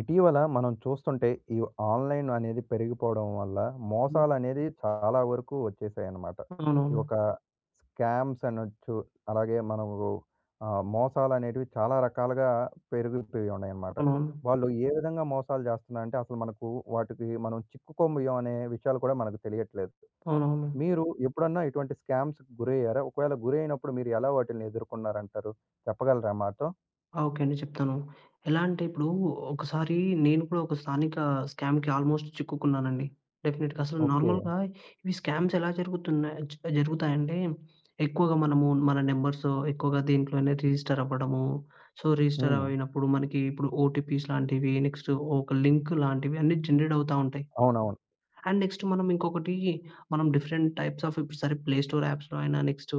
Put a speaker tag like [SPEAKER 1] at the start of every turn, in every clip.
[SPEAKER 1] ఇటీవల మనం చూస్తుంటే ఈ ఆన్‌లైన్ అనేది పెరిగిపోవడం వల్ల
[SPEAKER 2] హ్మ్.
[SPEAKER 1] మోసాలనేది చాలా వరకు వచ్చేసాయన్నమాట. ఈ
[SPEAKER 2] అవునవును.
[SPEAKER 1] ఒక స్కామ్స్ అనొచ్చు. అలాగే మనకు మోసాలనేటివి చాలా రకాలుగా పెరిగిపోయి ఉన్నాయన్నమాట.
[SPEAKER 2] అవునవును.
[SPEAKER 1] వాళ్ళు ఏ విధంగా మోసాలు చేస్తున్నారంటే అసలు మనకు వాటికి మనం చిక్కుకోబోయాం అనే విషయాలు కూడా మనకు తెలియట్లేదు.
[SPEAKER 2] అవునవును.
[SPEAKER 1] మీరు ఎప్పుడన్నా ఇటువంటి స్కామ్స్‌కి గురయ్యారా? ఒకవేళ గురైనప్పుడు మీరు ఎలా వాటిల్ని ఎదుర్కొన్నారంటారు? చెప్పగలరా మాతో?
[SPEAKER 2] ఆ! ఓకే అండి. చెప్తాను. ఎలా అంటే ఇప్పుడు ఒకసారి నేను కూడా ఒక స్థానిక స్కామ్‌కి ఆల్మోస్ట్ చిక్కుకున్నానండి. డెఫినెట్‌గా అసలు
[SPEAKER 1] ఓకే.
[SPEAKER 2] నార్మల్‌గా ఇవి స్కామ్స్ ఎలా జరుగుతున్నాయి జరుగుతాయంటే ఎక్కువగా మనము మన నంబర్స్ ఎక్కువగా దీంట్లోనే రిజిస్టర్ అవ్వడము. సో, రిజిస్టర్
[SPEAKER 1] హ్మ్.
[SPEAKER 2] అయినప్పుడు మనకి ఇప్పుడు ఓటీపీస్ లాంటివి, నెక్స్ట్ ఒక లింక్ లాంటివి అన్నీ జనరేట్ అవుతా ఉంటాయి.
[SPEAKER 1] అవునవును.
[SPEAKER 2] అండ్ నెక్స్ట్ మనం ఇంకొకటి, మనం డిఫరెంట్ టైప్స్ ఆఫ్ ఇప్పుడు సరే ప్లే స్టోర్ యాప్స్‌లో అయినా, నెక్స్ట్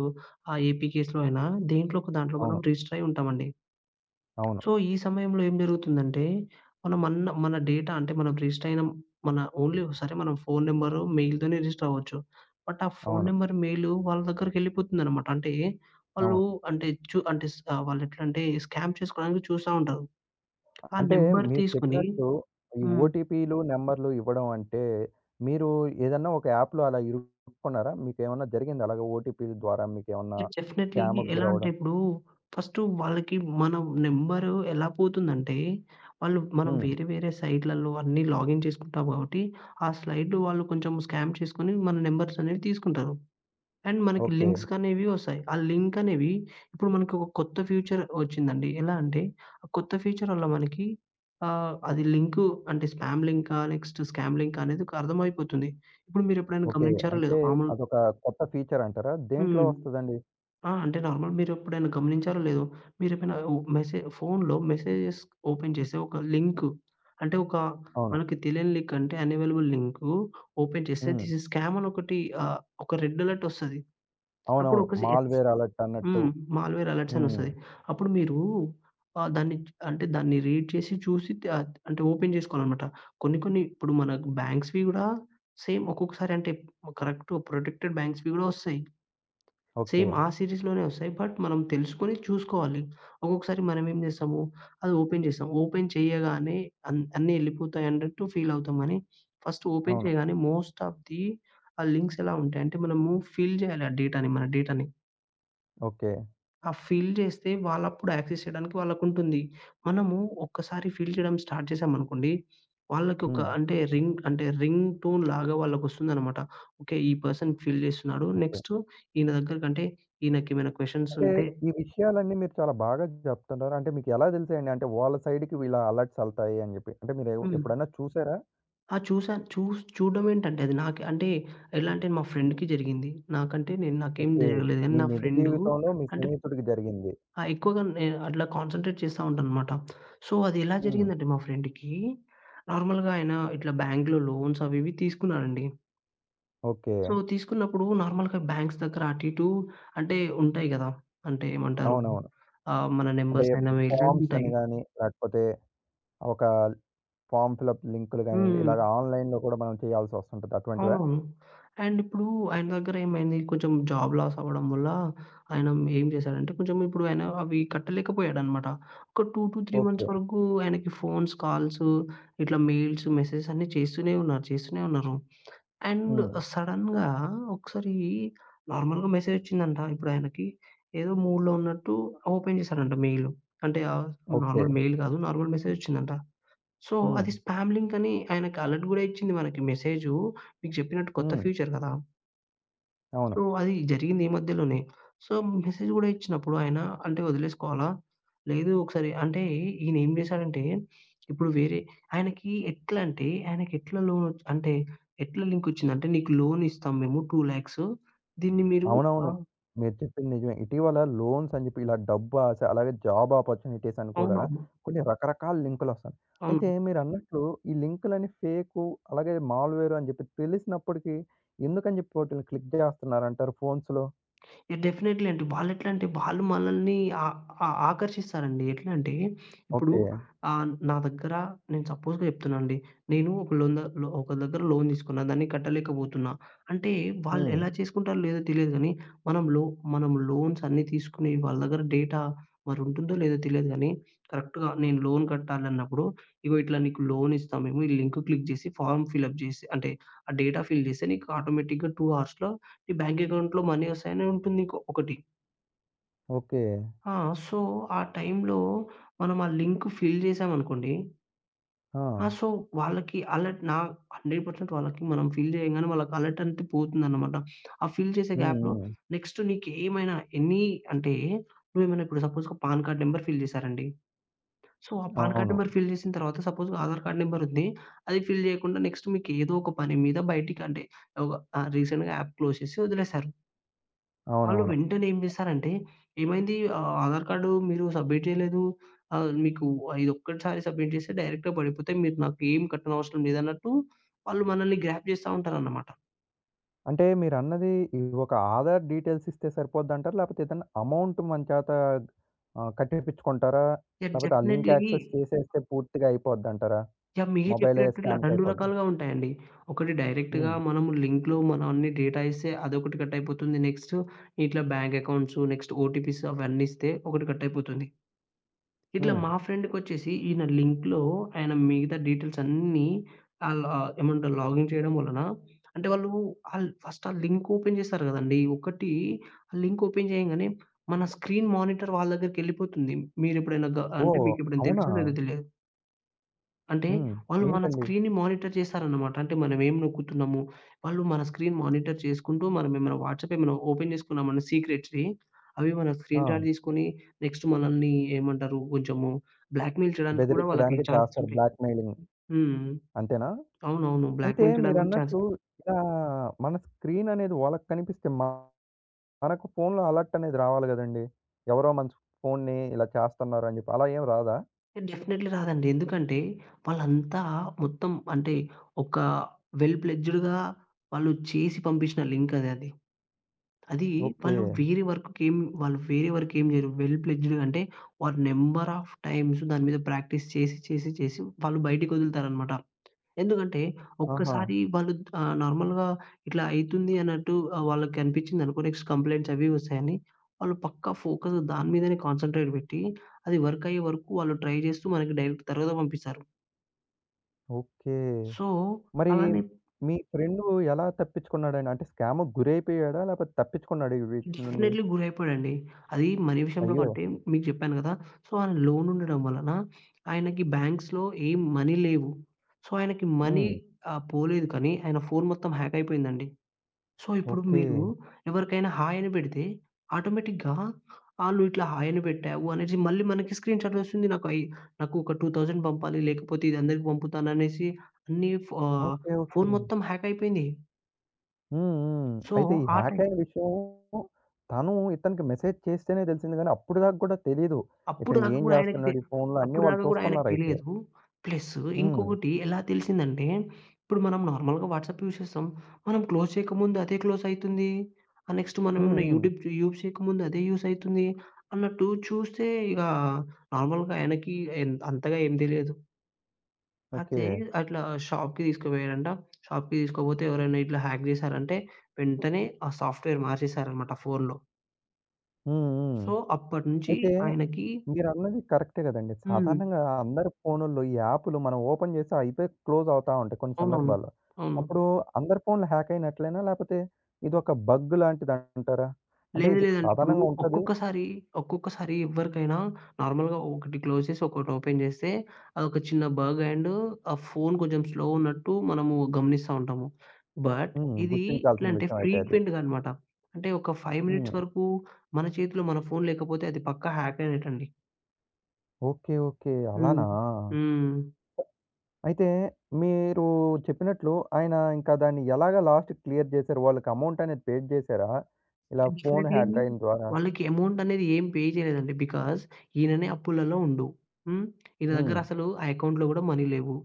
[SPEAKER 2] ఆ ఏపీకేస్‌లో అయినా దేంట్లో ఒక దాంట్లో మనం
[SPEAKER 1] అవును.
[SPEAKER 2] రిజిస్టర్ అయి ఉంటామండి.
[SPEAKER 1] అవును.
[SPEAKER 2] సో, ఈ సమయంలో ఏం జరుగుతుందంటే మనం అన్న మన డేటా, అంటే మనం రిజిస్టర్ అయిన మన ఓన్లీ సరే మనం ఫోను నంబరు, మెయిల్‌తోనే రిజిస్టర్ అవ్వచ్చు. బట్ ఆ ఫోను
[SPEAKER 1] అవును.
[SPEAKER 2] నంబర్, మెయిలు వాళ్ళ దగ్గరికెళ్ళిపోతుందనమాట. అంటే వాళ్ళు,
[SPEAKER 1] అవును.
[SPEAKER 2] అంటే చు అంటే స్ ఆహ్, వాళ్ళెట్లంటే స్కామ్ చేసుకోవడానికి చూస్తా ఉంటారు. ఆ
[SPEAKER 1] అంటే
[SPEAKER 2] నంబర్
[SPEAKER 1] మీరు
[SPEAKER 2] తీసుకొని
[SPEAKER 1] చెప్పినట్లు ఈ
[SPEAKER 2] హ్మ్.
[SPEAKER 1] ఓటీపీలు, నంబర్‌లు ఇవ్వడం అంటే, మీరు ఏదన్నా ఒక యాప్‌లో అలా ఇరుక్కున్నారా? మీకేమన్నా జరిగిందా? అలాగా ఓటీపీల ద్వారా మీకేమన్నా
[SPEAKER 2] డెఫినెట్‌లీ
[SPEAKER 1] స్కామ్‌కి
[SPEAKER 2] ఎలా అంటే
[SPEAKER 1] గురవ్వడం?
[SPEAKER 2] ఇప్పుడు ఫస్టు వాళ్ళకి మనం నంబరు ఎలా పోతుందంటే, వాళ్ళు మనం
[SPEAKER 1] హ్మ్.
[SPEAKER 2] వేరే వేరే సైట్‌లలో అన్నీ లాగిన్ చేసుకుంటాం కాబట్టి, ఆ స్లైడ్ వాళ్ళు కొంచెం స్కామ్ చేసుకొని మన నంబర్స్ అనేవి తీసుకుంటారు. అండ్ మనకి
[SPEAKER 1] ఓకే.
[SPEAKER 2] లింక్స్ అనేవి వస్తాయి. ఆ లింక్ అనేవి ఇప్పుడు మనకి ఒక కొత్త ఫీచర్ వచ్చిందండి. ఎలా అంటే ఆ కొత్త ఫీచర్ వల్ల మనకి అది లింకు అంటే స్పామ్ లింకా, నెక్స్ట్ స్కామ్ లింకా అనేది ఒక అర్థమైపోతుంది. ఇప్పుడు మీరెప్పుడైనా
[SPEAKER 1] ఓకే.
[SPEAKER 2] గమనించారో లేదో
[SPEAKER 1] అంటే
[SPEAKER 2] మామూలు
[SPEAKER 1] అదొక కొత్త ఫీచర్ అంటారా? దేంట్లో
[SPEAKER 2] హ్మ్.
[SPEAKER 1] వస్తదండి?
[SPEAKER 2] ఆ! అంటే నార్మల్ మీరెప్పుడైనా గమనించారో లేదో, మీరెప్పుడైనా ఓ ఫోనులో మెసేజెస్ ఓపెన్ చేసి ఒక లింకు, అంటే ఒక
[SPEAKER 1] అవును.
[SPEAKER 2] మనకి తెలియని లింక్ అంటే అనవైలబుల్ లింకు ఓపెన్ చేస్తే
[SPEAKER 1] హ్మ్.
[SPEAKER 2] దిస్ ఈజ్ స్కామ్ అని ఒకటి ఒక రెడ్ అలర్ట్ ఒస్తది. అప్పుడు
[SPEAKER 1] అవునవును.
[SPEAKER 2] ఒకసి ఎక్స్
[SPEAKER 1] మాల్‌వేర్ అలర్ట్ అన్నట్టు.
[SPEAKER 2] హ్మ్. మాల్‌వేర్ అలర్ట్స్ అని
[SPEAKER 1] హ్మ్.
[SPEAKER 2] ఒస్తది. అప్పుడు మీరు దాన్ని, అంటే దాన్ని రీడ్ చేసి చూసి త అంటే ఓపెన్ చేసుకోవాలనమాట. కొన్ని కొన్ని ఇప్పుడు మనకు బ్యాంక్స్‌వి గూడా సేమ్ ఒక్కొక్కసారి అంటే కరెక్ట్ ప్రొటెక్టెడ్ బ్యాంక్స్‌వి గూడా ఒస్తాయి.
[SPEAKER 1] ఓకే.
[SPEAKER 2] సేమ్ ఆ సీరీస్‌లోనే ఒస్తాయి. బట్ మనం తెలుసుకొని చూసుకోవాలి. ఒక్కొక్కసారి మనమేం జేస్తాము, అది ఓపెన్ జేస్తాం. ఓపెన్ చేయగానే అన్నీ ఎళ్ళిపోతాయి అన్నట్టు ఫీల్ అవుతాం గానీ, ఫస్ట్ ఓపెన్
[SPEAKER 1] అవును.
[SPEAKER 2] చేయగానే మోస్ట్ ఆఫ్ ది ఆ లింక్స్ ఎలా ఉంటాయంటే, మనము ఫిల్ జేయాలి ఆ డేటాని, మన డేటాని.
[SPEAKER 1] ఓకే.
[SPEAKER 2] ఆ ఫీల్ చేస్తే వాళ్ళప్పుడు యాక్సెస్ చేయడానికి వాళ్ళకుంటుంది. మనము ఒక్కసారి ఫీల్ చేయడం స్టార్ట్ చేశామనుకోండి, వాళ్ళకొక
[SPEAKER 1] హ్మ్.
[SPEAKER 2] అంటే రింగ్ అంటే రింగ్ టోన్ లాగా వాళ్ళకొస్తుందనమాట. ఓకే. ఈ పర్సన్ ఫీల్ చేస్తున్నాడు.
[SPEAKER 1] ఓకే.
[SPEAKER 2] నెక్స్ట్ ఈయన దగ్గరకంటే ఈయనకేమైనా క్వెషన్స్
[SPEAKER 1] అంటే
[SPEAKER 2] ఉంటే
[SPEAKER 1] ఈ విషయాలన్నీ మీరు చాలా బాగా చెప్తున్నారు. అంటే మీకు ఎలా తెలిసాయండి? అంటే వాళ్ళ సైడ్‌కి వీళ్ళ అలర్ట్స్ ఎళ్తాయి అని జెప్పి. అంటే మీరు
[SPEAKER 2] హ్మ్.
[SPEAKER 1] ఎప్పుడన్నా చూసారా?
[SPEAKER 2] ఆ! చూసాను. చూడడం ఏంటంటే అది నాకు, అంటే ఎలా అంటే మా ఫ్రెండ్‌కి జరిగింది. నాకంటే నేను నాకేం
[SPEAKER 1] ఓకే.
[SPEAKER 2] జరగలేదు. కానీ
[SPEAKER 1] మీ
[SPEAKER 2] నా
[SPEAKER 1] నిజ
[SPEAKER 2] ఫ్రెండు,
[SPEAKER 1] జీవితంలో మీ
[SPEAKER 2] అంటే
[SPEAKER 1] స్నేహితుడికి జరిగింది.
[SPEAKER 2] ఆ! ఎక్కువగా నేను అట్లా కాన్సంట్రేట్ చేస్తా ఉంటాననమాట. సో, అది ఎలా
[SPEAKER 1] హ్మ్.
[SPEAKER 2] జరిగిందంటే మా ఫ్రెండ్‌కి నార్మల్‌గా ఆయన ఇట్లా బ్యాంక్‌లో లోన్స్ అవి ఇవి తీసుకున్నాడండి.
[SPEAKER 1] ఓకే.
[SPEAKER 2] సో, తీసుకున్నప్పుడు నార్మల్‌గా బ్యాంక్స్ దగ్గర అటు ఇటు అంటే ఉంటాయి గదా! అంటే ఏమంటారు?
[SPEAKER 1] అవునవును.
[SPEAKER 2] మన
[SPEAKER 1] అంటే
[SPEAKER 2] నంబర్స్ అయినా, మెయిల్స్ అయినా
[SPEAKER 1] ఫార్మ్స్ అని
[SPEAKER 2] ఉంటాయి.
[SPEAKER 1] గాని, లేకపోతే ఒక ఫార్మ్ ఫిలప్ లింకులు గాని,
[SPEAKER 2] హ్మ్.
[SPEAKER 1] ఇలాగ ఆన్‌లైన్‌లో కూడా మనం చేయాల్సొస్తుంటది అటువంటివా?
[SPEAKER 2] అవునవును. అండ్ ఇప్పుడు ఆయన దగ్గర ఏమైంది, కొంచెం జాబ్ లాస్ అవ్వడం వల్ల, ఆయన ఏం చేశాడంటే, కొంచెం ఇప్పుడు ఆయన అవి కట్టలేకపోయాడనమాట. ఒక 2-3 మంత్స్
[SPEAKER 1] ఓకే.
[SPEAKER 2] వరకు ఆయనకి ఫోన్స్, కాల్స్, ఇట్లా మెయిల్స్, మెసేజెస్ అన్నీ చేస్తూనే ఉన్నారు. అండ్
[SPEAKER 1] హ్మ్.
[SPEAKER 2] సడెన్‌గా ఒకసారి నార్మల్‌గా మెసేజ్ వచ్చిందంట. ఇప్పుడు ఆయనకి ఏదో మూడ్‌లో ఉన్నట్టు ఓపెన్ చేశాడంట మెయిల్. అంటే
[SPEAKER 1] ఓకే.
[SPEAKER 2] నార్మల్ మెయిల్ కాదు, నార్మల్ మెసేజ్ వచ్చిందంట. సో,
[SPEAKER 1] హ్మ్.
[SPEAKER 2] అది స్పామ్ లింక్ అని ఆయనకి అలర్ట్ గూడా ఇచ్చింది మనకి మెసేజు. మీకు చెప్పినట్టు కొత్త
[SPEAKER 1] హ్మ్.
[SPEAKER 2] ఫ్యూచర్ కదా!
[SPEAKER 1] అవును.
[SPEAKER 2] సో, అది జరిగింది ఈ మధ్యలోనే. సో, మెసేజ్ గూడా ఇచ్చినప్పుడు ఆయన అంటే వదిలేసుకోవాలా? లేదు ఒకసారి అంటే ఈయన ఏం చేశాడంటే, ఇప్పుడు వేరే ఆయనకి ఎట్లా అంటే, ఆయనకి ఎట్లా లోన్ ఒచ్ అంటే ఎట్లా లింక్ ఒచ్చిందంటే, నీకు లోన్ ఇస్తాం మేము 2,00,000. దీన్ని మీరు ఆ!
[SPEAKER 1] అవునవును. మీరు చెప్పింది నిజమే. ఇటీవల లోన్స్ అని చెప్పి ఇలా డబ్బు ఆశ, అలాగే జాబ్ ఆపర్చునిటీస్ అని కూడా
[SPEAKER 2] అవునవును.
[SPEAKER 1] కొన్ని రకరకాల లింకులొస్తున్నాయి. అయితే
[SPEAKER 2] అవును.
[SPEAKER 1] మీరన్నట్లు ఈ లింకులని ఫేకు, అలాగే మాల్‌వేర్ అని చెప్పి తెలిసినప్పటికీ ఎందుకని చెప్పి వాటిల్ని క్లిక్ జేస్తున్నారంటారు ఫోన్స్‌లో?
[SPEAKER 2] డెఫినైట్‌లీ అండి. వాళ్ళెట్లా అంటే వాళ్ళు మనల్ని ఆ ఆ ఆకర్షిస్తారండి. ఎట్లా అంటే ఇప్పుడు
[SPEAKER 1] ఓకే.
[SPEAKER 2] నా దగ్గర నేను సపోజ్‌గా చెప్తున్నానండి. నేను ఒక లోన్ ద ఒకరి దగ్గర లోన్ తీసుకున్నా. దాన్ని కట్టలేకపోతున్నా. అంటే వాళ్ళు
[SPEAKER 1] హ్మ్.
[SPEAKER 2] ఎలా చేసుకుంటారో లేదో తెలియదు గానీ, మనం లో మనం లోన్స్ అన్నీ తీసుకుని వాళ్ళ దగ్గర డేటా మరి ఉంటుందో లేదో తెలియదు గానీ, కరెక్ట్‌గా నేను లోన్ కట్టాలన్నప్పుడు, ఇగో ఇట్లా నీకు లోన్ ఇస్తాం మేము. ఈ లింక్ క్లిక్ చేసి ఫార్మ్ ఫిలప్ చేసి అంటే ఆ డేటా ఫిల్ చేస్తే నీకు ఆటోమేటిక్‌గా 2 అవర్స్‌లో ఈ బ్యాంక్ అకౌంట్‌లో మనీ వస్తాయని ఉంటుంది ఇంకొ ఒకటి.
[SPEAKER 1] ఓకే.
[SPEAKER 2] ఆ! సో, ఆ టైంలో మనం ఆ లింక్ ఫిల్ చేశామనుకోండి,
[SPEAKER 1] ఆ!
[SPEAKER 2] ఆ! సో, వాళ్ళకి అలర్ట్ నా 100% వాళ్ళకి మనం ఫిల్ చేయంగానే వాళ్ళకి అలర్ట్ అనేది పోతుందనమాట. ఆ ఫిల్ చేసే
[SPEAKER 1] హ్మ్.
[SPEAKER 2] గ్యాప్‌లో
[SPEAKER 1] హ్మ్.
[SPEAKER 2] నెక్స్ట్ నీకేమైనా ఎనీ అంటే నువ్వేమైనా ఇప్పుడు సపోజ్‌గా పాన్ కార్డ్ నంబర్ ఫిల్ చేశారండి. సో, ఆ పాన్ కార్డ్
[SPEAKER 1] అవును.
[SPEAKER 2] నంబర్ ఫిల్ చేసిన తర్వాత సపోజ్‌గా ఆధార్ కార్డ్ నంబర్ ఉంది. అది ఫిల్ చేయకుండా నెక్స్ట్ మీకు ఏదో ఒక పని మీద బయటికి అంటే ఒక రీసెంట్‌గా యాప్ క్లోజ్ చేసి వదిలేశారు. వాళ్ళు
[SPEAKER 1] అవునవును.
[SPEAKER 2] వెంటనే ఏం చేశారంటే, "ఏమైంది ఆధార్ కార్డు మీరు సబ్మిట్ చేయలేదు. మీకు ఇదొక్కటిసారి సబ్మిట్ చేస్తే డైరెక్ట్‌గా పడిపోతే మీరు నాకు ఏం కట్టనవసరం లేదన్నట్టు" వాళ్ళు మనల్ని గ్రాప్ చేస్తా ఉంటారన్నమాట.
[SPEAKER 1] అంటే మీరన్నది ఈ ఒక ఆధార్ డీటెయిల్స్ ఇస్తే సరిపోద్దంటారా? లేపోతే ఏదన్నా అమౌంట్ మన చేత కట్టిపిచ్చుకుంటారా?
[SPEAKER 2] యాహ్!
[SPEAKER 1] లేపోతే ఆ లింక్
[SPEAKER 2] డెఫినైట్‌లీ
[SPEAKER 1] యాక్సెస్ చేసేస్తే పూర్తిగా అయిపోద్దంటారా?
[SPEAKER 2] యాహ్! మీరు
[SPEAKER 1] మొబైలే
[SPEAKER 2] చెప్పినట్టు ఇట్లా 2
[SPEAKER 1] స్కామ్‌కయిపోద్దా?
[SPEAKER 2] రకాలుగా ఉంటాయండి. ఒకటి డైరెక్ట్‌గా
[SPEAKER 1] హ్మ్.
[SPEAKER 2] మనము లింక్‌లో మన అన్ని డేటా ఇస్తే అదొకటి కట్ అయిపోతుంది. నెక్స్ట్ ఇట్లా బ్యాంక్ అకౌంట్స్, నెక్స్ట్ ఓటీపీస్ అవన్నీ ఇస్తే ఒకటి కట్ అయిపోతుంది. ఇట్లా
[SPEAKER 1] హ్మ్.
[SPEAKER 2] మా ఫ్రెండ్‌కొచ్చేసి ఈయన లింక్‌లో ఆయన మిగతా డీటెయిల్స్ అన్నీ ఆళ్ళ ఏమంటారు లాగిన్ చేయడం వలన అంటే వాళ్ళు ఆల్ ఫస్ట్ ఆ లింక్ ఓపెన్ చేస్తారు కదండీ! ఒకటి ఆ లింక్ ఓపెన్ చేయంగానే మన స్క్రీన్ మానిటర్ వాళ్ళ దగ్గరికెళ్ళిపోతుంది. మీరెప్పుడైనా గ అంటే
[SPEAKER 1] ఓహ్!
[SPEAKER 2] మీకెప్పుడైనా
[SPEAKER 1] అవునా?
[SPEAKER 2] తెలుసో లేదో తెలియదు. అంటే
[SPEAKER 1] హ్మ్.
[SPEAKER 2] వాళ్ళు మన
[SPEAKER 1] ఏంటండి?
[SPEAKER 2] స్క్రీన్‌ని మానిటర్ చేశారన్నమాట. అంటే మనం ఏం నొక్కుతున్నాము, వాళ్ళు మన స్క్రీన్ మానిటర్ చేసుకుంటూ మనమేమైనా వాట్సాప్ ఏమైనా ఓపెన్ చేసుకున్నాం మన సీక్రెట్స్‌వి, అవి మన
[SPEAKER 1] ఆ!
[SPEAKER 2] స్క్రీన్ షాట్ తీసుకొని నెక్స్ట్ మనల్ని ఏమంటారు కొంచెము బ్లాక్‌మెయిల్ చేయడానికి కూడా వాళ్ళకి
[SPEAKER 1] బెదిరించడానికి
[SPEAKER 2] ఛాన్సెస్
[SPEAKER 1] చేస్తారు
[SPEAKER 2] ఉంటాయి.
[SPEAKER 1] బ్లాక్‌మెయిలింగ్.
[SPEAKER 2] హ్మ్.
[SPEAKER 1] అంతేనా?
[SPEAKER 2] అవునవును.
[SPEAKER 1] అయితే
[SPEAKER 2] బ్లాక్‌మెయిల్ చేయడానికి కూడా ఛాన్స్
[SPEAKER 1] మీరన్నట్లు ఇలా మన స్క్రీన్ అనేది వాళ్ళకి కనిపిస్తే మనకు ఫోన్‌లో అలర్ట్ అనేది రావాలి గదండీ! ఎవరో మన ఫోన్‌ని ఇలా చేస్తున్నారు అని జెప్పి. అలా ఏం రాదా?
[SPEAKER 2] డెఫినైట్‌లీ రాదండి. ఎందుకంటే వాళ్ళంతా మొత్తం అంటే ఒక వెల్ ప్లెడ్జ్డ్‌గా వాళ్ళు చేసి పంపించిన లింక్ అది అది. అది
[SPEAKER 1] ఓకే.
[SPEAKER 2] వాళ్ళు వేరే వర్క్‌కేం వాళ్ళు వేరే వర్కేం జేయరు. వెల్ ప్లెడ్జ్‌డ్‌గా అంటే వారు నంబర్ ఆఫ్ టైమ్స్ దాని మీద ప్రాక్టీస్ చేసి వాళ్ళు బయటికొదులుతారనమాట. ఎందుకంటే
[SPEAKER 1] ఆహా!
[SPEAKER 2] ఒక్కసారి వాళ్ళు నార్మల్‌గా ఇట్లా అయితుంది అన్నట్టు వాళ్ళకి అనిపించిందనుకో నెక్స్ట్ కంప్లెయింట్స్ అవి ఇవి వస్తాయని వాళ్ళు పక్కా ఫోకస్ దాని మీదనే కాన్సంట్రేట్ పెట్టి అది వర్క్ అయ్యే వరకు వాళ్ళు ట్రై జేస్తూ మనకి డైరెక్ట్ తర్వాత పంపిస్తారు.
[SPEAKER 1] ఓకే.
[SPEAKER 2] సో,
[SPEAKER 1] మరి
[SPEAKER 2] అలానే
[SPEAKER 1] మీ ఫ్రెండు ఎలా తప్పించుకున్నాడండి? అంటే స్కామ్‌కి గురైపోయాడా? లేకపోతే తప్పించుకున్నాడా ఈ వీటి నుండి?
[SPEAKER 2] డెఫినెట్‌లీ గురైపోయాడండి. అది మనీ విషయంలో
[SPEAKER 1] అయ్యో!
[SPEAKER 2] అంటే మీకు చెప్పాను కదా! సో, ఆయన లోన్ ఉండడం వలన ఆయనకి బ్యాంక్స్‌లో ఏం మనీ లేవు. సో, ఆయనకి మనీ
[SPEAKER 1] హ్మ్.
[SPEAKER 2] పోలేదు కానీ ఆయన ఫోన్ మొత్తం హ్యాక్ అయిపోయిందండి. సో, ఇప్పుడు
[SPEAKER 1] ఓకే.
[SPEAKER 2] మీరు ఎవరికైనా హాయ్ అని పెడితే ఆటోమేటిక్‌గా ఆళ్ళు ఇట్లా హాయ్ అని పెట్టావు అనేసి మళ్ళీ మనకి స్క్రీన్ షాట్ వస్తుంది. నాకు ఒక 2000 పంపాలి లేకపోతే ఇది అందరికి పంపుతాననేసి అన్ని ఫ ఆహ్,
[SPEAKER 1] ఓకే. ఓకే.
[SPEAKER 2] ఫోన్ మొత్తం హ్యాక్ అయిపోయింది.
[SPEAKER 1] హ్మ్. హ్మ్.
[SPEAKER 2] సో,
[SPEAKER 1] అయితే ఈ
[SPEAKER 2] ఆ టై
[SPEAKER 1] హ్యాక్ అయిన విషయం తను ఇతనికి మెసేజ్ చేస్తేనే తెలిసింది గానీ, అప్పటిదాకా గూడా తెలీదు.
[SPEAKER 2] అప్పుడు
[SPEAKER 1] ఇతను
[SPEAKER 2] దాకా
[SPEAKER 1] ఏం
[SPEAKER 2] గూడా ఆయనకి తె
[SPEAKER 1] జేస్తున్నాడు ఈ ఫోన్‌లో అన్నీ
[SPEAKER 2] అప్పుడు
[SPEAKER 1] వాళ్ళు
[SPEAKER 2] దాకా గూడా ఆయనకి
[SPEAKER 1] చూస్తున్నారైతే.
[SPEAKER 2] తెలీదు. ప్లస్
[SPEAKER 1] హ్మ్.
[SPEAKER 2] ఇంకొకటి ఎలా తెలిసిందంటే, ఇప్పుడు మనం నార్మల్‌గా వాట్సాప్ యూజ్ చేస్తాం. మనం క్లోజ్ చేయకముందు అదే క్లోజ్ అయితుంది. నెక్స్ట్ మనం
[SPEAKER 1] హ్మ్.
[SPEAKER 2] ఏమైనా
[SPEAKER 1] హ్మ్.
[SPEAKER 2] యూట్యూబ్ యూజ్ చేయకముందు అదే యూజ్ అయితుంది. అన్నట్టు చూస్తే ఇగ నార్మల్‌గా ఆయనకి ఎం అంతగా ఏం తెలీదు.
[SPEAKER 1] ఓకే.
[SPEAKER 2] అయితే అట్లా షాప్‌కి తీసుకుపోయాడంట. షాప్‌కి తీసుకుపోతే ఎవరైనా ఇట్లా హ్యాక్ చేశారంటే, వెంటనే ఆ సాఫ్ట్‌వేర్ మార్చేశారన్నమాట ఫోన్‌లో.
[SPEAKER 1] హ్మ్. హ్మ్.
[SPEAKER 2] సో, అప్పటినుంచి
[SPEAKER 1] అయితే
[SPEAKER 2] ఆయనకి
[SPEAKER 1] మీరన్నది కరెక్టే గదండీ.
[SPEAKER 2] హ్మ్.
[SPEAKER 1] సాధారణంగా అందరి ఫోనుల్లో ఈ యాపులు మనం ఓపెన్ చేసి అయిపోయి క్లోజ్ అవుతా ఉంటాయి కొన్ని
[SPEAKER 2] అవునవును.
[SPEAKER 1] సందర్భాల్లో.
[SPEAKER 2] అవును.
[SPEAKER 1] అప్పుడు అందరి ఫోన్లు హ్యాక్ అయినట్లేనా? లేపోతే ఇదొక బగ్ లాంటిదంటారా? అంటే
[SPEAKER 2] లేదు
[SPEAKER 1] ఇది
[SPEAKER 2] లేదండి. ఇప్పుడు
[SPEAKER 1] సాధారణంగా ఉంటది.
[SPEAKER 2] ఒక్కొక్కసారి, ఒక్కొక్కసారి ఎవ్వరికైనా నార్మల్‌గా ఒకటి క్లోజ్ చేసి ఒకటి ఓపెన్ చేస్తే అదొక చిన్న బగ్ అండ్ ఆ ఫోను కొంచెం స్లో ఉన్నట్టు మనము గమనిస్తా ఉంటాము. బట్
[SPEAKER 1] హ్మ్.
[SPEAKER 2] ఇది
[SPEAKER 1] గుర్తించాల్సిన
[SPEAKER 2] ఎట్లంటే
[SPEAKER 1] విషయం అయితే అది.
[SPEAKER 2] ఫ్రీక్వెంట్‌గా అన్నమాట. అంటే ఒక 5 మినిట్స్
[SPEAKER 1] హ్మ్.
[SPEAKER 2] వరకు మన చేతిలో మన ఫోను లేకపోతే అది పక్కా హ్యాక్ అయినట్టండి.
[SPEAKER 1] ఓకే. ఓకే.
[SPEAKER 2] హ్మ్.
[SPEAKER 1] అలానా?
[SPEAKER 2] హ్మ్.
[SPEAKER 1] అయితే మీరు చెప్పినట్లు ఆయన ఇంకా దాన్ని ఎలాగ లాస్ట్‌కి క్లియర్ చేశారు? వాళ్ళకి అమౌంట్ అనేది పే చేశారా? ఇలా ఫోన్
[SPEAKER 2] డెఫినెట్‌లీ
[SPEAKER 1] హ్యాక్ అయిన ద్వారా?
[SPEAKER 2] వాళ్ళకి అమౌంట్ అనేది ఏం పే చేయలేదండి. బికాజ్ ఈయననే అప్పులలో ఉండు. హ్మ్. ఈయన దగ్గర
[SPEAKER 1] హ్మ్.
[SPEAKER 2] అసలు ఆ అకౌంట్‌లో గూడా మనీ లేవు.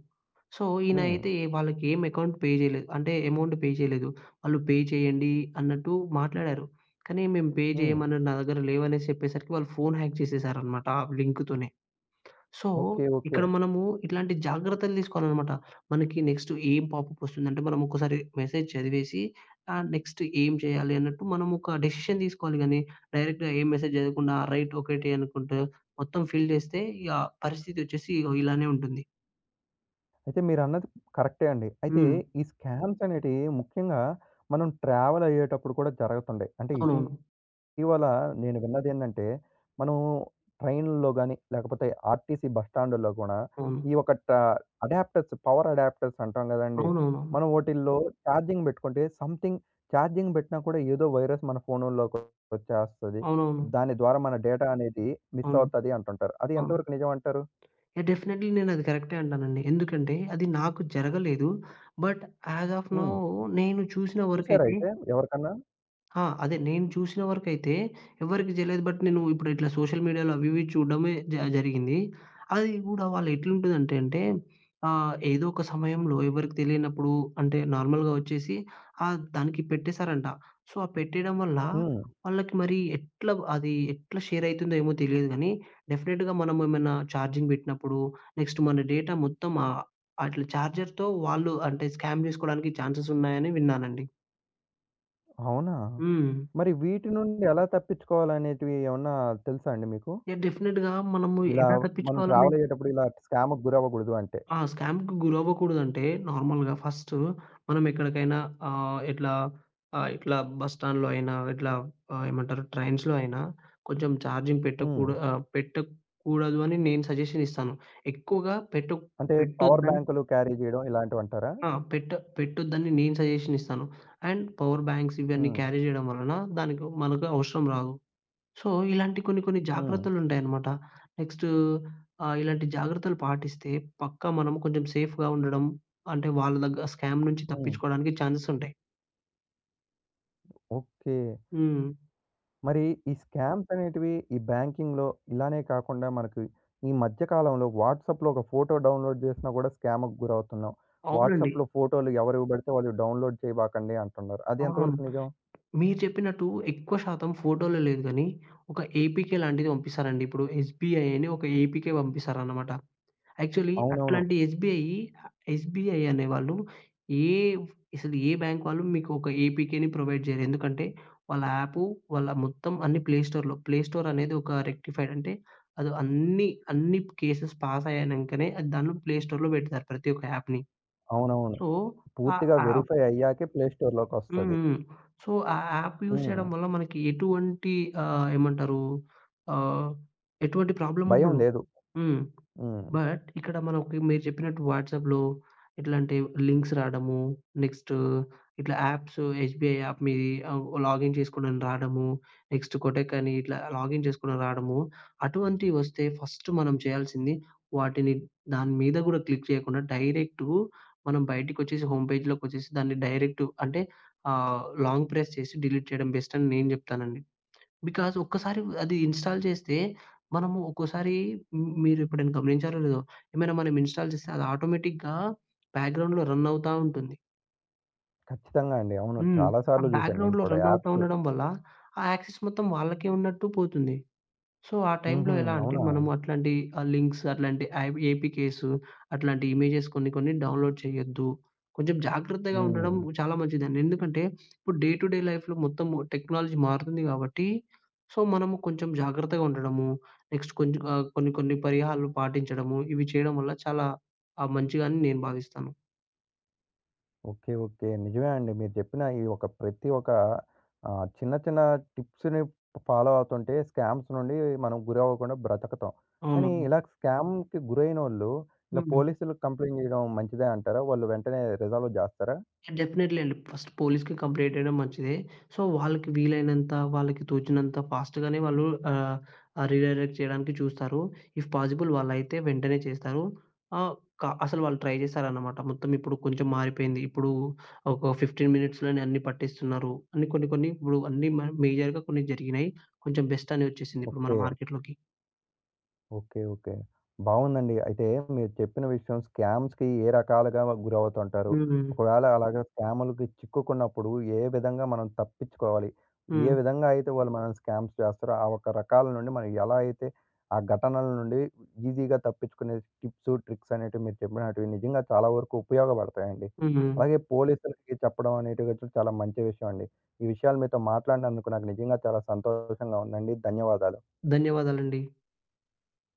[SPEAKER 2] సో, ఈయన
[SPEAKER 1] హ్మ్.
[SPEAKER 2] అయితే వాళ్ళకి ఏం అకౌంట్ పే చేయలేదు. అంటే అమౌంట్ పే చేయలేదు. వాళ్ళు పే చేయండి అన్నట్టు మాట్లాడారు. కానీ మేము పే
[SPEAKER 1] హ్మ్.
[SPEAKER 2] చేయమని నా దగ్గర లేవనేసి చెప్పేసరికి వాళ్ళు ఫోన్ హ్యాక్ చేసేసారన్నమాట ఆ లింక్‌తోనే. So,
[SPEAKER 1] okay. ఓకే.
[SPEAKER 2] ఇక్కడ మనము ఇట్లాంటి జాగ్రత్తలు తీసుకోవాలనమాట. మనకి నెక్స్ట్ ఏం పాపప్ వస్తుందంటే, మనం ఒక్కసారి మెసేజ్ చదివేసి నెక్స్ట్ ఏం చేయాలి అన్నట్టు మనం ఒక డెసిషన్ తీసుకోవాలి గానీ, డైరెక్ట్‌గా ఏం మెసేజ్ చదవకుండా రైట్ ఒకటే అనుకుంటూ మొత్తం ఫిల్ చేస్తే ఇగ పరిస్థితి వచ్చేసి ఇగో ఇలానే ఉంటుంది.
[SPEAKER 1] అయితే మీరన్నది కరెక్టే అండి. అయితే
[SPEAKER 2] హ్మ్.
[SPEAKER 1] ఈ స్కామ్స్ అనేటివి ముఖ్యంగా మనం ట్రావెల్ అయ్యేటప్పుడు కూడా జరుగుతుండయి. అంటే
[SPEAKER 2] అవునవును.
[SPEAKER 1] ఇటీవల నేను విన్నదేందంటే, మనం ట్రైన్‌ల్లో గాని, లేకపోతే ఆర్టీసీ బస్ స్టాండుల్లో కూడా
[SPEAKER 2] అవును.
[SPEAKER 1] ఈ ఒక ట్రా అడాప్టర్స్, పవర్ అడాప్టర్స్ అంటాం గదండీ!
[SPEAKER 2] అవునవునవును.
[SPEAKER 1] మనం ఓటిల్లో ఛార్జింగ్ బెట్టుకుంటే సంథింగ్ ఛార్జింగ్ బెట్టినా కూడా ఏదో వైరస్ మన ఫోనుల్లోకి వచ్చేస్తది.
[SPEAKER 2] అవునవును.
[SPEAKER 1] దాని ద్వారా మన డేటా అనేది మిస్
[SPEAKER 2] అవును.
[SPEAKER 1] అవుతది అంటుంటారు. అది
[SPEAKER 2] అవును.
[SPEAKER 1] ఎంతవరకు నిజమంటారు?
[SPEAKER 2] యాహ్! డెఫినెట్‌లీ నేనది కరెక్టే అంటానండి. ఎందుకంటే, అది నాకు జరగలేదు. బట్ యాజ్ ఆఫ్ నౌ
[SPEAKER 1] హ్మ్.
[SPEAKER 2] నేను చూసిన
[SPEAKER 1] చూసారా
[SPEAKER 2] వరకైతే
[SPEAKER 1] అయితే ఎవరికన్నా?
[SPEAKER 2] ఆ! అదే నేను చూసిన వరకైతే ఎవరికీ జేయలేదు. బట్ నేను ఇప్పుడు ఇట్లా సోషల్ మీడియాలో అవి ఇవి చూడడమే జరిగింది. అది గూడా వాళ్ళు ఎట్లుంటదంటే అంటే ఏదో ఒక సమయంలో ఎవరికీ తెలియనప్పుడు అంటే నార్మల్‌గా వచ్చేసి దానికి పెట్టేసారంట. సో, ఆ పెట్టేయడం వల్ల
[SPEAKER 1] హ్మ్.
[SPEAKER 2] వాళ్ళకి మరి ఎట్లా అది ఎట్లా షేర్ అయితుందో ఏమో తెలియదు గానీ, డెఫినిట్‌గా మనం ఏమైనా ఛార్జింగ్ పెట్టినప్పుడు, నెక్స్ట్ మన డేటా మొత్తం అట్లా చార్జర్‌తో వాళ్ళు అంటే స్కామ్ జేసుకోవడానికి ఛాన్సెస్ ఉన్నాయని విన్నానండి.
[SPEAKER 1] అవునా?
[SPEAKER 2] హ్మ్.
[SPEAKER 1] మరి వీటి నుండి ఎలా తప్పించుకోవాలనేటివి ఏమన్నా తెలుసా అండి మీకు?
[SPEAKER 2] యాహ్! డెఫినెట్‌గా మనము
[SPEAKER 1] ఇలా
[SPEAKER 2] ఎలా
[SPEAKER 1] మనం
[SPEAKER 2] తప్పించుకోవాలని
[SPEAKER 1] ట్రావెల్ అయ్యేటప్పుడు ఇలా స్కామ్‌కి గురవ్వకూడదు అంటే?
[SPEAKER 2] ఆ! స్కామ్‌కి గురవ్వకూడదంటే నార్మల్‌గా ఫస్టు మనం ఎక్కడికైనా ఆహ్, ఇట్లా ఇట్లా బస్ స్టాండ్‌లో అయినా, ఇట్లా ఏమంటారు ట్రైన్స్‌లో అయినా కొంచెం
[SPEAKER 1] హ్మ్.
[SPEAKER 2] పెట్టకూడదు అని నేను సజెషన్ ఇస్తాను. ఎక్కువగా పెట్ట
[SPEAKER 1] అంటే పవర్
[SPEAKER 2] పెట్టొద్దని
[SPEAKER 1] బ్యాంకులు క్యారీ చేయడం ఇలాంటివంటారా?
[SPEAKER 2] ఆ! పెట్టొద్దని నేను సజెషన్ ఇస్తాను. అండ్ పవర్ బ్యాంక్స్ ఇవన్నీ
[SPEAKER 1] హ్మ్.
[SPEAKER 2] క్యారీ జేయడం వలన దానికి మనకు అవసరం రాదు. సో, ఇలాంటి కొన్ని కొన్ని
[SPEAKER 1] హ్మ్.
[SPEAKER 2] జాగ్రత్తలుంటాయనమాట. నెక్స్టు ఇలాంటి జాగ్రత్తలు పాటిస్తే పక్కా మనం కొంచెం సేఫ్‌గా ఉండడం, అంటే వాళ్ళ దగ్గర స్కామ్ నుంచి
[SPEAKER 1] హ్మ్.
[SPEAKER 2] తప్పించుకోవడానికి ఛాన్సెసుంటాయి.
[SPEAKER 1] ఓకే.
[SPEAKER 2] హ్మ్.
[SPEAKER 1] మరి ఈ స్కామ్స్ అనేటివి ఈ బ్యాంకింగ్‌లో ఇలానే కాకుండా మనకి ఈ మధ్య కాలంలో వాట్సాప్‌లో ఒక ఫోటో డౌన్‌లోడ్ చేసినా కూడా స్కామ్‌కి గురవుతున్నాం.
[SPEAKER 2] అవునండి.
[SPEAKER 1] వాట్సాప్‌లో ఫోటోలు ఎవరివి పడితే వాళ్ళు డౌన్‌లోడ్ చేయబాకండి అంటున్నారు. అది
[SPEAKER 2] అవునవును.
[SPEAKER 1] ఎంతవరకు నిజం?
[SPEAKER 2] మీరు చెప్పినట్టు ఎక్కువ శాతం ఫోటోలో లేదు గానీ, ఒక ఏపీకే లాంటిది పంపిస్తారండి. ఇప్పుడు ఎస్‌బీఐ అని ఒక ఏపీకే పంపిస్తారనమాట. యాక్చువల్లీ
[SPEAKER 1] అవునవును.
[SPEAKER 2] అట్లాంటి ఎస్‌బీఐ, ఎస్‌బీఐ అనేవాళ్ళు ఏ అసలు ఏ బ్యాంక్ వాళ్ళు మీకు ఒక ఏపీకేని ప్రొవైడ్ చేయరు. ఎందుకంటే వాళ్ళ యాపు వాళ్ళ మొత్తం అన్ని ప్లే స్టోర్‌లో ప్లే స్టోర్ అనేది ఒక రెక్టిఫైడ్ అంటే అది అన్ని కేసెస్ పాస్ అయ్యానంకనే అది దాన్ని ప్లే స్టోర్‌లో పెడతారు ప్రతి ఒక్క యాప్‌ని.
[SPEAKER 1] అవునవును.
[SPEAKER 2] సో, ఆ
[SPEAKER 1] పూర్తిగా
[SPEAKER 2] యాప్
[SPEAKER 1] వెరిఫై అయ్యాకే ప్లే
[SPEAKER 2] హ్మ్.
[SPEAKER 1] స్టోర్‌లోకొస్తది.
[SPEAKER 2] హ్మ్. సో, ఆ యాప్ యూజ్
[SPEAKER 1] హ్మ్.
[SPEAKER 2] చేయడం వల్ల మనకి ఎటువంటి ఆహ్, ఏమంటారు ఆహ్, ఎటువంటి ప్రాబ్లమ్
[SPEAKER 1] భయం
[SPEAKER 2] ఉండదు.
[SPEAKER 1] లేదు.
[SPEAKER 2] హ్మ్.
[SPEAKER 1] హ్మ్.
[SPEAKER 2] బట్ ఇక్కడ మనకి మీరు చెప్పినట్టు వాట్సాప్‌లో ఎట్లంటే లింక్స్ రాడము, నెక్స్ట్ ఇట్లా యాప్స్ ఎస్‌బీఐ యాప్ మీది లాగిన్ చేసుకోండని రాడము, నెక్స్ట్ కొటెక్ అని ఇట్లా లాగిన్ చేసుకోండని రాడము, అటువంటివి వస్తే ఫస్ట్ మనం చేయాల్సింది వాటిని దాని మీద గూడా క్లిక్ చేయకుండా డైరెక్ట్ మనం బయటికొచ్చేసి హోమ్ పేజ్‌లోకొచ్చేసి దాన్ని డైరెక్ట్ అంటే లాంగ్ ప్రెస్ చేసి డిలీట్ చేయడం బెస్ట్ అని నేను జెప్తానండి. బికాజ్ ఒక్కసారి అది ఇన్‌స్టాల్ చేస్తే మనము ఒక్కోసారి హ్మ్, మీరెప్పుడైనా గమనించారో లేదో, ఏమైనా మనం ఇన్‌స్టాల్ చేస్తే అది ఆటోమేటిక్‌గా బ్యాక్‌గ్రౌండ్‌లో రన్ అవుతా ఉంటుంది.
[SPEAKER 1] ఖచ్చితంగా అండి. అవును.
[SPEAKER 2] హ్మ్.
[SPEAKER 1] చాలా
[SPEAKER 2] ఆ
[SPEAKER 1] సార్లు జూశాను నేను
[SPEAKER 2] బ్యాక్‌గ్రౌండ్‌లో
[SPEAKER 1] కూడా
[SPEAKER 2] రన్ అవుతా
[SPEAKER 1] యాప్స్.
[SPEAKER 2] ఉండడం వల్ల, ఆ యాక్సెస్ మొత్తం వాళ్ళకే ఉన్నట్టు పోతుంది. సో, ఆ టైంలో
[SPEAKER 1] హుహు.
[SPEAKER 2] ఎలా అంటే,
[SPEAKER 1] అవునా?
[SPEAKER 2] మనము అట్లాంటి లింక్స్, అట్లాంటి యాబ్ ఏపీకేస్, అట్లాంటి ఇమేజెస్ కొన్ని కొన్ని డౌన్‌లోడ్ చేయొద్దు. కొంచెం జాగ్రత్తగా ఉండడం
[SPEAKER 1] హ్మ్.
[SPEAKER 2] చాలా మంచిదండి. ఎందుకంటే, ఇప్పుడు డే టు డే లైఫ్‌లో మొత్తము టెక్నాలజీ మారుతుంది కాబట్టి, సో, మనము కొంచెం జాగ్రత్తగా ఉండడము, నెక్స్ట్ కొంచెం కొన్ని కొన్ని పరిహారాలు పాటించడము, ఇవి చేయడం వల్ల చాలా మంచిగా అని నేను భావిస్తాను.
[SPEAKER 1] ఓకే. ఓకే. నిజమే అండి. మీరు చెప్పిన ఈ ఒక ప్రతి ఒక చిన్న చిన్న టిప్స్‌ని ఫాలో అవుతుంటే స్కామ్స్ నుండి మనం గురవ్వకుండా బ్రతకతాం. కానీ
[SPEAKER 2] అవునవును.
[SPEAKER 1] ఇలా స్కామ్‌కి గురైనోళ్ళు ఇలా
[SPEAKER 2] హ్మ్.
[SPEAKER 1] పోలీసులకు కంప్లెయింట్ జేయడం మంచిదే అంటారా? వాళ్ళు వెంటనే రిజాల్వ్ జేస్తారా?
[SPEAKER 2] డెఫినెట్‌లీ అండి. ఫస్ట్ పోలీస్‌కి కంప్లెయింట్ చేయడం మంచిదే. సో, వాళ్ళకి వీలైనంత, వాళ్ళకి తోచినంత ఫాస్ట్‌గానే వాళ్ళు ఆహ్, ఆహ్, రీడైరెక్ట్ చేయడానికి చూస్తారు. ఇఫ్ పాజిబుల్ వాళ్ళైతే వెంటనే చేస్తారు. ఆహ్, క అసలు వాళ్ళు ట్రై చేశారన్నమాట. మొత్తం ఇప్పుడు కొంచెం మారిపోయింది. ఇప్పుడు ఒక 15 మినిట్స్‌లోనే అన్నీ పట్టేస్తున్నారు. అని కొన్ని కొన్ని ఇప్పుడు అన్నీ మేజర్‌గా కొన్ని జరిగినాయి. కొంచెం బెస్ట్ అని వచ్చేసింది ఇప్పుడు మన
[SPEAKER 1] ఓకే.
[SPEAKER 2] మార్కెట్‌లోకి.
[SPEAKER 1] ఓకే. ఓకే. బావుందండి. అయితే మీరు చెప్పిన విషయం స్కామ్స్‌కి ఏ రకాలుగా గురవుతుంటారు?
[SPEAKER 2] హ్మ్.
[SPEAKER 1] ఒకవేళ అలాగా స్కాములకి చిక్కుకున్నప్పుడు ఏ విధంగా మనం తప్పించుకోవాలి? ఏ
[SPEAKER 2] హ్మ్.
[SPEAKER 1] విధంగా అయితే వాళ్ళు మనల్ని స్కామ్స్ చేస్తారో, ఆ ఒక రకాల నుండి మనం ఎలా అయితే ఆ ఘటనల నుండి ఈజీగా తప్పించుకునే టిప్స్, ట్రిక్స్ అనేటివి మీరు చెప్పినటివి నిజంగా చాలా వరకు ఉపయోగపడతాయండి.
[SPEAKER 2] హ్మ్.
[SPEAKER 1] అలాగే పోలీసులకి చెప్పడం అనేటివి కూడా చాలా మంచి విషయం అండి. ఈ విషయాలు మీతో మాట్లాడినందుకు నాకు నిజంగా చాలా సంతోషంగా ఉందండి. ధన్యవాదాలు.
[SPEAKER 2] ధన్యవాదాలండి.